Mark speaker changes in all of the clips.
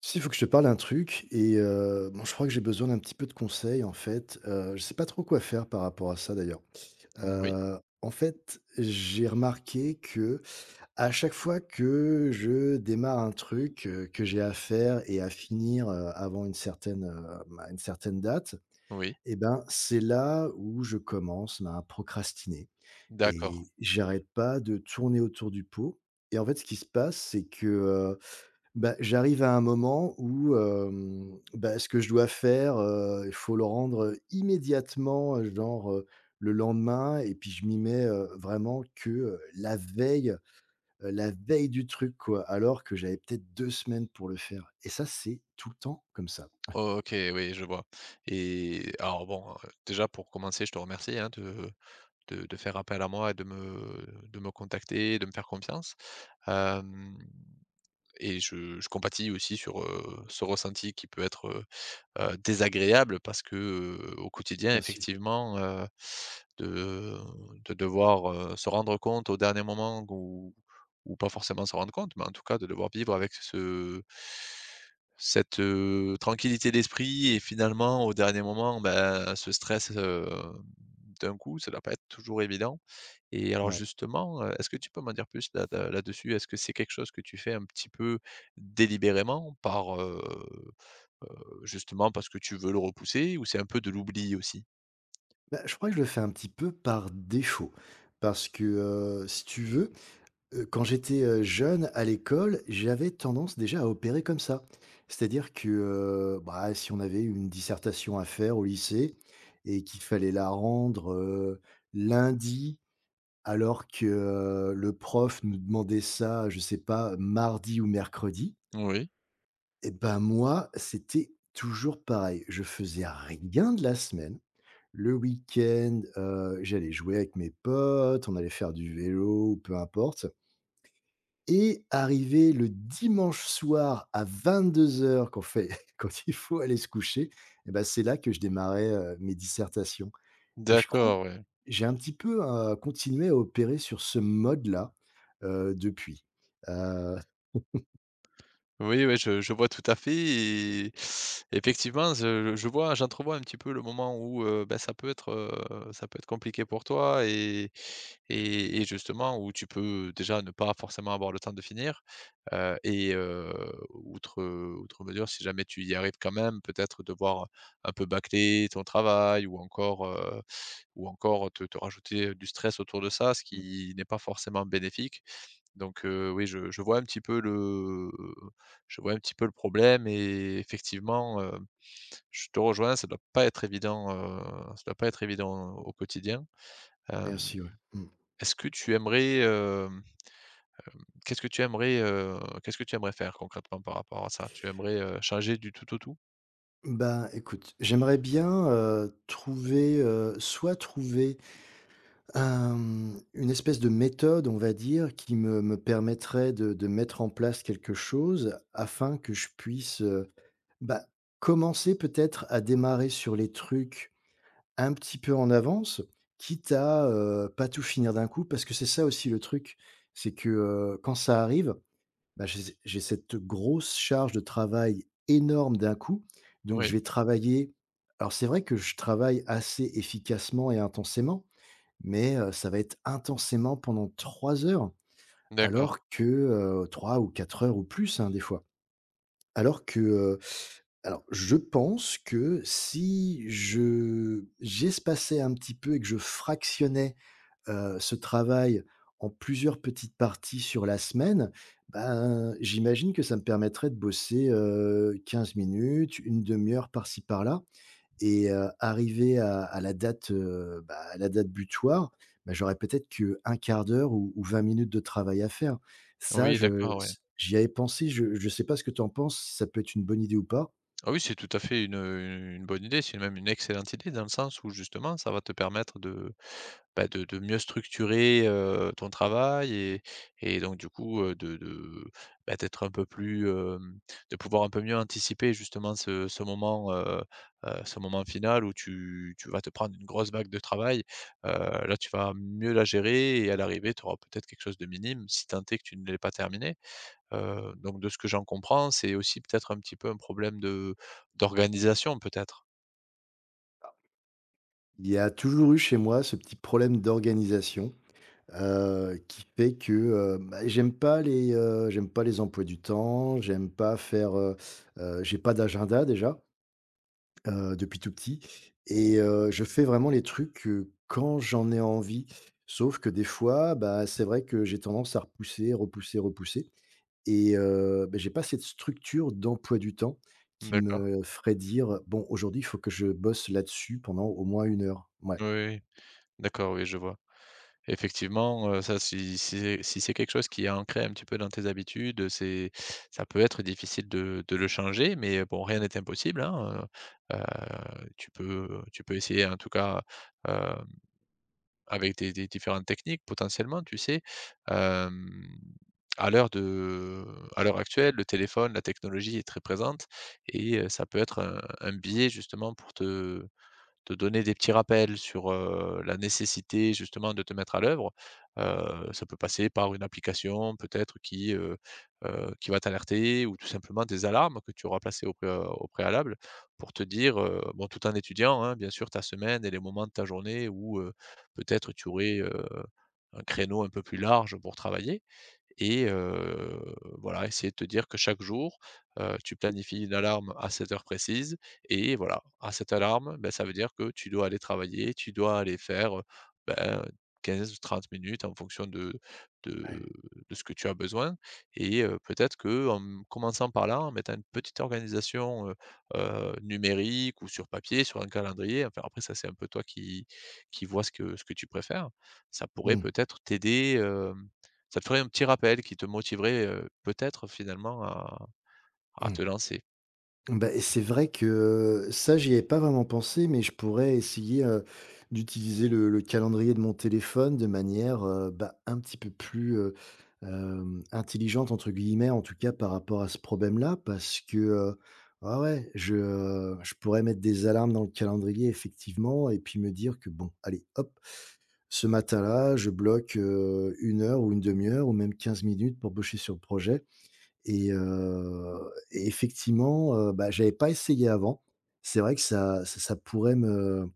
Speaker 1: Si, il faut que je te parle d'un truc et bon, je crois que j'ai besoin d'un petit peu de conseils, en fait. Je sais pas trop quoi faire par rapport à ça, d'ailleurs.
Speaker 2: Mmh, oui,
Speaker 1: En fait, j'ai remarqué que à chaque fois que je démarre un truc, que j'ai à faire et à finir, avant une certaine date
Speaker 2: oui,
Speaker 1: et ben, c'est là où je commence, ben, à procrastiner,
Speaker 2: d'accord.
Speaker 1: et j'arrête pas de tourner autour du pot. Et en fait, ce qui se passe, c'est que, euh, bah, j'arrive à un moment où, bah, ce que je dois faire, il faut le rendre immédiatement, genre, le lendemain, et puis je m'y mets, vraiment que, la veille du truc quoi, alors que j'avais peut-être 2 semaines pour le faire, et ça, c'est tout le temps comme ça.
Speaker 2: Oh, OK, oui, je vois et alors bon, déjà pour commencer, je te remercie, hein, de de faire appel à moi et de me contacter, de me faire confiance, hem et je compatis aussi sur, ce ressenti qui peut être, désagréable parce que, au quotidien
Speaker 1: Merci.
Speaker 2: effectivement, de devoir, se rendre compte au dernier moment ou pas forcément se rendre compte, mais en tout cas de devoir vivre avec ce cette, tranquillité d'esprit et finalement au dernier moment, ben, ce stress, d'un coup, ça doit pas être toujours évident. Et alors
Speaker 1: Ouais.
Speaker 2: justement, est-ce que tu peux m'en dire plus là de là-dessus? Est-ce que c'est quelque chose que tu fais un petit peu délibérément justement parce que tu veux le repousser ou c'est un peu de l'oubli aussi?
Speaker 1: Bah, je crois que je le fais un petit peu par défaut parce que, si tu veux, quand j'étais, jeune à l'école, j'avais tendance déjà à opérer comme ça. C'est-à-dire que, bah, si on avait une dissertation à faire au lycée et qu'il fallait la rendre, lundi, alors que, le prof nous demandait ça, je sais pas, mardi ou mercredi,
Speaker 2: Oui.
Speaker 1: et ben, moi, c'était toujours pareil. Je faisais rien de la semaine. Le week-end, j'allais jouer avec mes potes, on allait faire du vélo ou peu importe, et arriver le dimanche soir à 22 heures, quand fait quand il faut aller se coucher, et ben c'est là que je démarrais, mes dissertations. Et je crois que
Speaker 2: D'accord, ouais.
Speaker 1: j'ai un petit peu, continué à opérer sur ce mode-là, depuis. Heu,
Speaker 2: Oui, oui, je vois tout à fait et effectivement, je vois, j'entrevois un petit peu le moment où, bah, ça peut être compliqué pour toi et et justement où tu peux déjà ne pas forcément avoir le temps de finir, heu et heu, outre, outre mesure, si jamais tu y arrives quand même, peut-être devoir un peu bâcler ton travail ou encore te rajouter du stress autour de ça, ce
Speaker 1: mmh,
Speaker 2: qui n'est pas forcément bénéfique. Donc oui, je vois un petit peu le je vois un petit peu le problème et effectivement, je te rejoins, ça doit pas être évident, ça doit pas être évident au quotidien. Hem,
Speaker 1: merci, ouais. Mmh.
Speaker 2: est-ce que tu aimerais, qu'est-ce que tu aimerais, qu'est-ce que tu aimerais faire concrètement par rapport à ça? Tu aimerais, changer du tout au tout?
Speaker 1: Bah, écoute, j'aimerais bien, trouver, soit trouver une espèce de méthode, on va dire, qui me permettrait de mettre en place quelque chose afin que je puisse, bah, commencer peut-être à démarrer sur les trucs un petit peu en avance, quitte à, pas tout finir d'un coup. Parce que c'est ça aussi le truc, c'est que, quand ça arrive, bah, j'ai cette grosse charge de travail énorme d'un coup, donc je
Speaker 2: Oui,
Speaker 1: vais travailler. Alors c'est vrai que je travaille assez efficacement et intensément, mais, ça va être intensément pendant 3 heures,
Speaker 2: d'accord.
Speaker 1: alors que, 3 ou 4 heures ou plus, hein, des fois. Alors que, alors je pense que si je j'espaçais un petit peu et que je fractionnais, ce travail en plusieurs petites parties sur la semaine, ben, j'imagine que ça me permettrait de bosser, 15 minutes, une demi heure par-ci par-là, et arrivé à la date butoir, bah, j'aurais peut-être qu'1 quart d'heure ou 20 minutes de travail à faire. Ça,
Speaker 2: Oui,
Speaker 1: je
Speaker 2: d'accord, oui.
Speaker 1: j'y avais pensé, je ne sais pas ce que tu en penses, si ça peut être une bonne idée ou pas?
Speaker 2: Ah oui, c'est tout à fait une bonne idée, c'est même une excellente idée dans le sens où justement ça va te permettre de, bah, de mieux structurer, ton travail et donc du coup, de bah, d'être un peu plus, de pouvoir un peu mieux anticiper justement ce moment final où tu vas te prendre une grosse vague de travail. Heu, là, tu vas mieux la gérer et à l'arrivée, tu auras peut-être quelque chose de minime si tant est que tu ne l'aies pas terminé. Donc de ce que j'en comprends, c'est aussi peut-être un petit peu un problème de d'organisation peut-être?
Speaker 1: Il y a toujours eu chez moi ce petit problème d'organisation, qui fait que, bah, j'aime pas les emplois du temps, j'aime pas faire, j'ai pas d'agenda déjà. Depuis tout petit, et je fais vraiment les trucs, quand j'en ai envie. Sauf que des fois, bah, c'est vrai que j'ai tendance à repousser, repousser, repousser, et bah, j'ai pas cette structure d'emploi du temps qui
Speaker 2: D'accord.
Speaker 1: me ferait dire: «Bon, aujourd'hui, il faut que je bosse là-dessus pendant au moins une heure». Ouais.
Speaker 2: Oui, oui. D'accord, oui, je vois. Effectivement, ça si si c'est si c'est quelque chose qui est ancré un petit peu dans tes habitudes, c'est ça peut être difficile de le changer, mais bon, rien n'est impossible, hein, heu heu, tu peux essayer en tout cas, avec des différentes techniques potentiellement, tu sais? Hem, à l'heure de à l'heure actuelle, le téléphone, la technologie est très présente et ça peut être un biais justement pour te donner des petits rappels sur, la nécessité justement de te mettre à l'œuvre. Ça peut passer par une application peut-être qui va t'alerter ou tout simplement des alarmes que tu auras placées au pré au préalable pour te dire, bon tout en étudiant, hein, bien sûr, ta semaine et les moments de ta journée où, peut-être tu aurais, un créneau un peu plus large pour travailler et voilà, essayer de te dire que chaque jour, tu planifies une alarme à cette heure précise et voilà, à cette alarme, ben ça veut dire que tu dois aller travailler, tu dois aller faire, bah, 15 ou 30 minutes en fonction de de
Speaker 1: Ouais.
Speaker 2: de ce que tu as besoin et peut-être qu'en m commençant par là, en mettant une petite organisation, numérique ou sur papier, sur un calendrier, enfin après ça c'est un peu toi qui vois ce que tu préfères. Ça pourrait
Speaker 1: Mmh.
Speaker 2: peut-être t'aider, hem ça te ferait un petit rappel qui te motiverait, peut-être finalement à
Speaker 1: Mmh.
Speaker 2: te lancer.
Speaker 1: Bah, et c'est vrai que ça, j'y avais pas vraiment pensé, mais je pourrais essayer, d'utiliser le calendrier de mon téléphone de manière, bah, un petit peu plus, «intelligente» entre guillemets, en tout cas par rapport à ce problème-là. Parce que, ouais, ouais, je pourrais mettre des alarmes dans le calendrier effectivement, et puis me dire que bon, allez hop, ce matin-là, je bloque, 1 heure ou une demi heure ou même 15 minutes pour bosser sur le projet. Et effectivement, bah, j'avais pas essayé avant. C'est vrai que ça ça ça pourrait me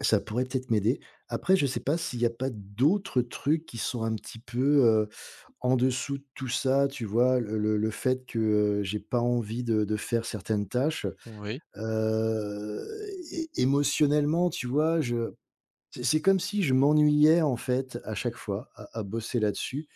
Speaker 1: ça pourrait peut-être m'aider. Après, je sais pas s'il y a pas d'autres trucs qui sont un petit peu, en dessous de tout ça, tu vois? Le fait que, j'ai pas envie de faire certaines tâches,
Speaker 2: Oui,
Speaker 1: heu, é émotionnellement, tu vois? Je c'est comme si je m'ennuyais, en fait, à chaque fois, à bosser là-dessus,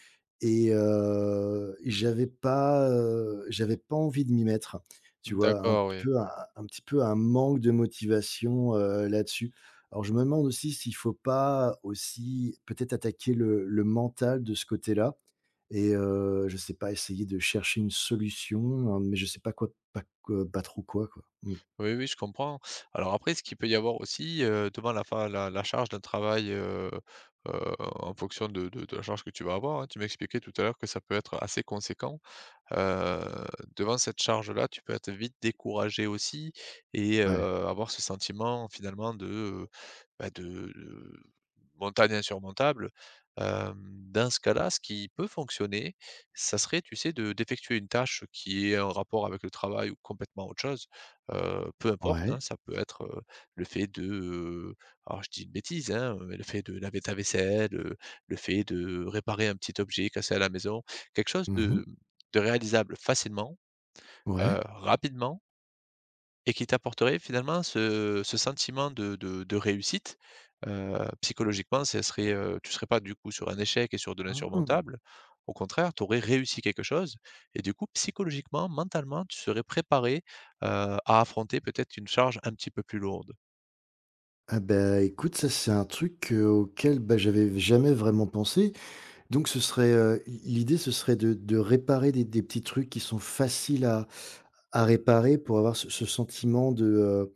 Speaker 1: et j'avais pas envie de m'y mettre. Tu vois? Un
Speaker 2: d'accord,
Speaker 1: petit
Speaker 2: oui.
Speaker 1: peu un un petit peu un manque de motivation, là-dessus. Alors, je me demande aussi s'il faut pas aussi, peut-être, attaquer le mental de ce côté-là, et je sais pas, essayer de chercher une solution, hein, mais je sais pas quoi, pas que pas trop quoi, quoi. Mmh.
Speaker 2: Oui, oui, je comprends. Alors après, ce qu'il peut y avoir aussi, devant la fa la la charge d'un travail, en fonction de de la charge que tu vas avoir, hein, tu m'expliquais tout à l'heure que ça peut être assez conséquent. heu, devant cette charge-là, tu peux être vite découragé aussi et
Speaker 1: Ouais.
Speaker 2: avoir ce sentiment finalement de, bah, de montagne insurmontable. Dans ce cas-là, ce qui peut fonctionner, ça serait, tu sais, de d'effectuer une tâche qui est en rapport avec le travail ou complètement autre chose, peu importe,
Speaker 1: Ouais.
Speaker 2: hein. Ça peut être, le fait de, alors je dis une bêtise, hein, mais le fait de laver ta vaisselle, le fait de réparer un petit objet cassé à la maison, quelque chose de
Speaker 1: Mmh.
Speaker 2: réalisable facilement,
Speaker 1: Ouais.
Speaker 2: rapidement et qui t'apporterait finalement ce sentiment de de réussite. Psychologiquement, ça serait, tu serais pas du coup sur un échec et sur de
Speaker 1: Ah!
Speaker 2: l'insurmontable. Au contraire, tu aurais réussi quelque chose et du coup psychologiquement, mentalement, tu serais préparé, à affronter peut-être une charge un petit peu plus lourde.
Speaker 1: Ah bah, écoute, ça c'est un truc, auquel, bah, j'avais jamais vraiment pensé. Donc ce serait, l'idée, ce serait de réparer des petits trucs qui sont faciles à réparer pour avoir ce sentiment de,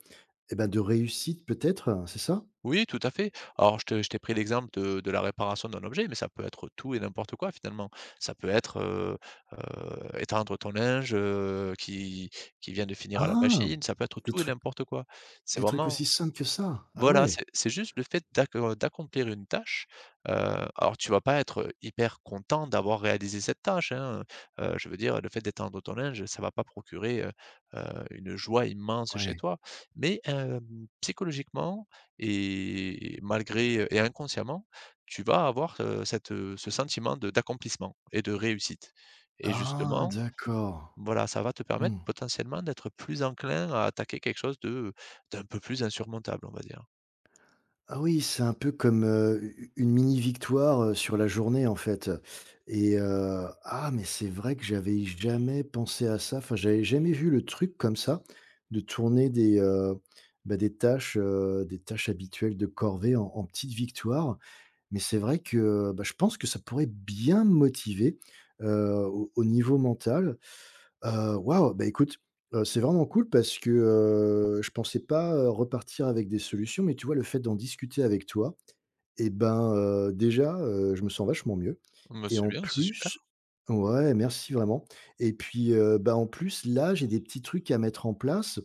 Speaker 1: et ben, de réussite peut-être, c'est ça?
Speaker 2: Oui, tout à fait. Alors, je te je t'ai pris l'exemple de la réparation d'un objet, mais ça peut être tout et n'importe quoi finalement. Ça peut être, étendre ton linge, qui vient de finir à la
Speaker 1: Ah!
Speaker 2: machine, ça peut être
Speaker 1: Des
Speaker 2: tout et
Speaker 1: trucs
Speaker 2: n'importe quoi. C'est
Speaker 1: des trucs
Speaker 2: vraiment
Speaker 1: aussi simples que ça? Ah,
Speaker 2: voilà,
Speaker 1: ouais?
Speaker 2: c'est juste le fait d'accomplir une tâche, heu, alors tu vas pas être, hyper content d'avoir réalisé cette tâche, hein, je veux dire, le fait d'étendre ton linge, ça va pas procurer, une joie immense chez
Speaker 1: Ouais.
Speaker 2: toi. Mais psychologiquement et malgré, et inconsciemment, tu vas avoir, cette, ce sentiment de d'accomplissement et de réussite et
Speaker 1: Ah,
Speaker 2: justement,
Speaker 1: d'accord.
Speaker 2: voilà, ça va te permettre
Speaker 1: Mmh.
Speaker 2: potentiellement d'être plus enclin à attaquer quelque chose de, d'un peu plus insurmontable, on va dire.
Speaker 1: Ah oui, c'est un peu comme, u une mini victoire, sur la journée, en fait, et ah, mais c'est vrai que j'avais jamais pensé à ça, enfin, j'avais jamais vu le truc comme ça, de tourner des tâches habituelles de corvée en petites victoires. Mais c'est vrai que, bah, je pense que ça pourrait bien me motiver, au niveau mental. Waouh, bah, écoute, c'est vraiment cool parce que, je pensais pas, repartir avec des solutions, mais tu vois, le fait d'en discuter avec toi, et ben, déjà, je me sens vachement mieux,
Speaker 2: Bah,
Speaker 1: et
Speaker 2: c'est
Speaker 1: en
Speaker 2: bien, c'est super.
Speaker 1: plus, ouais, merci vraiment. Et puis, bah, en plus, là, j'ai des petits trucs à mettre en place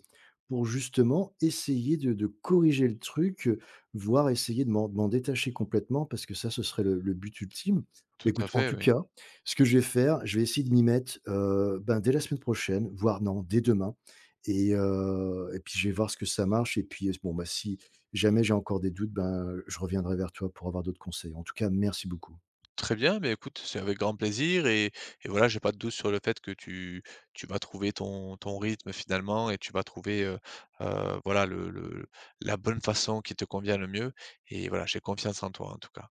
Speaker 1: pour justement essayer de corriger le truc, voire essayer de m'en détacher complètement parce que ça, ce serait le but ultime. Bah,
Speaker 2: Tout à
Speaker 1: écoute, en
Speaker 2: fait,
Speaker 1: tout
Speaker 2: oui.
Speaker 1: cas, ce que je vais faire, je vais essayer de m'y mettre, ben, dès la semaine prochaine, voire non, dès demain, et puis je vais voir ce que ça marche, et puis, bon, bah, si jamais j'ai encore des doutes, ben, je reviendrai vers toi pour avoir d'autres conseils. En tout cas, merci beaucoup.
Speaker 2: Très bien, mais écoute, c'est avec grand plaisir et voilà, j'ai pas de doute sur le fait que tu vas trouver ton, ton rythme finalement et tu vas trouver voilà, le, la bonne façon qui te convient le mieux. Et voilà, j'ai confiance en toi en tout cas.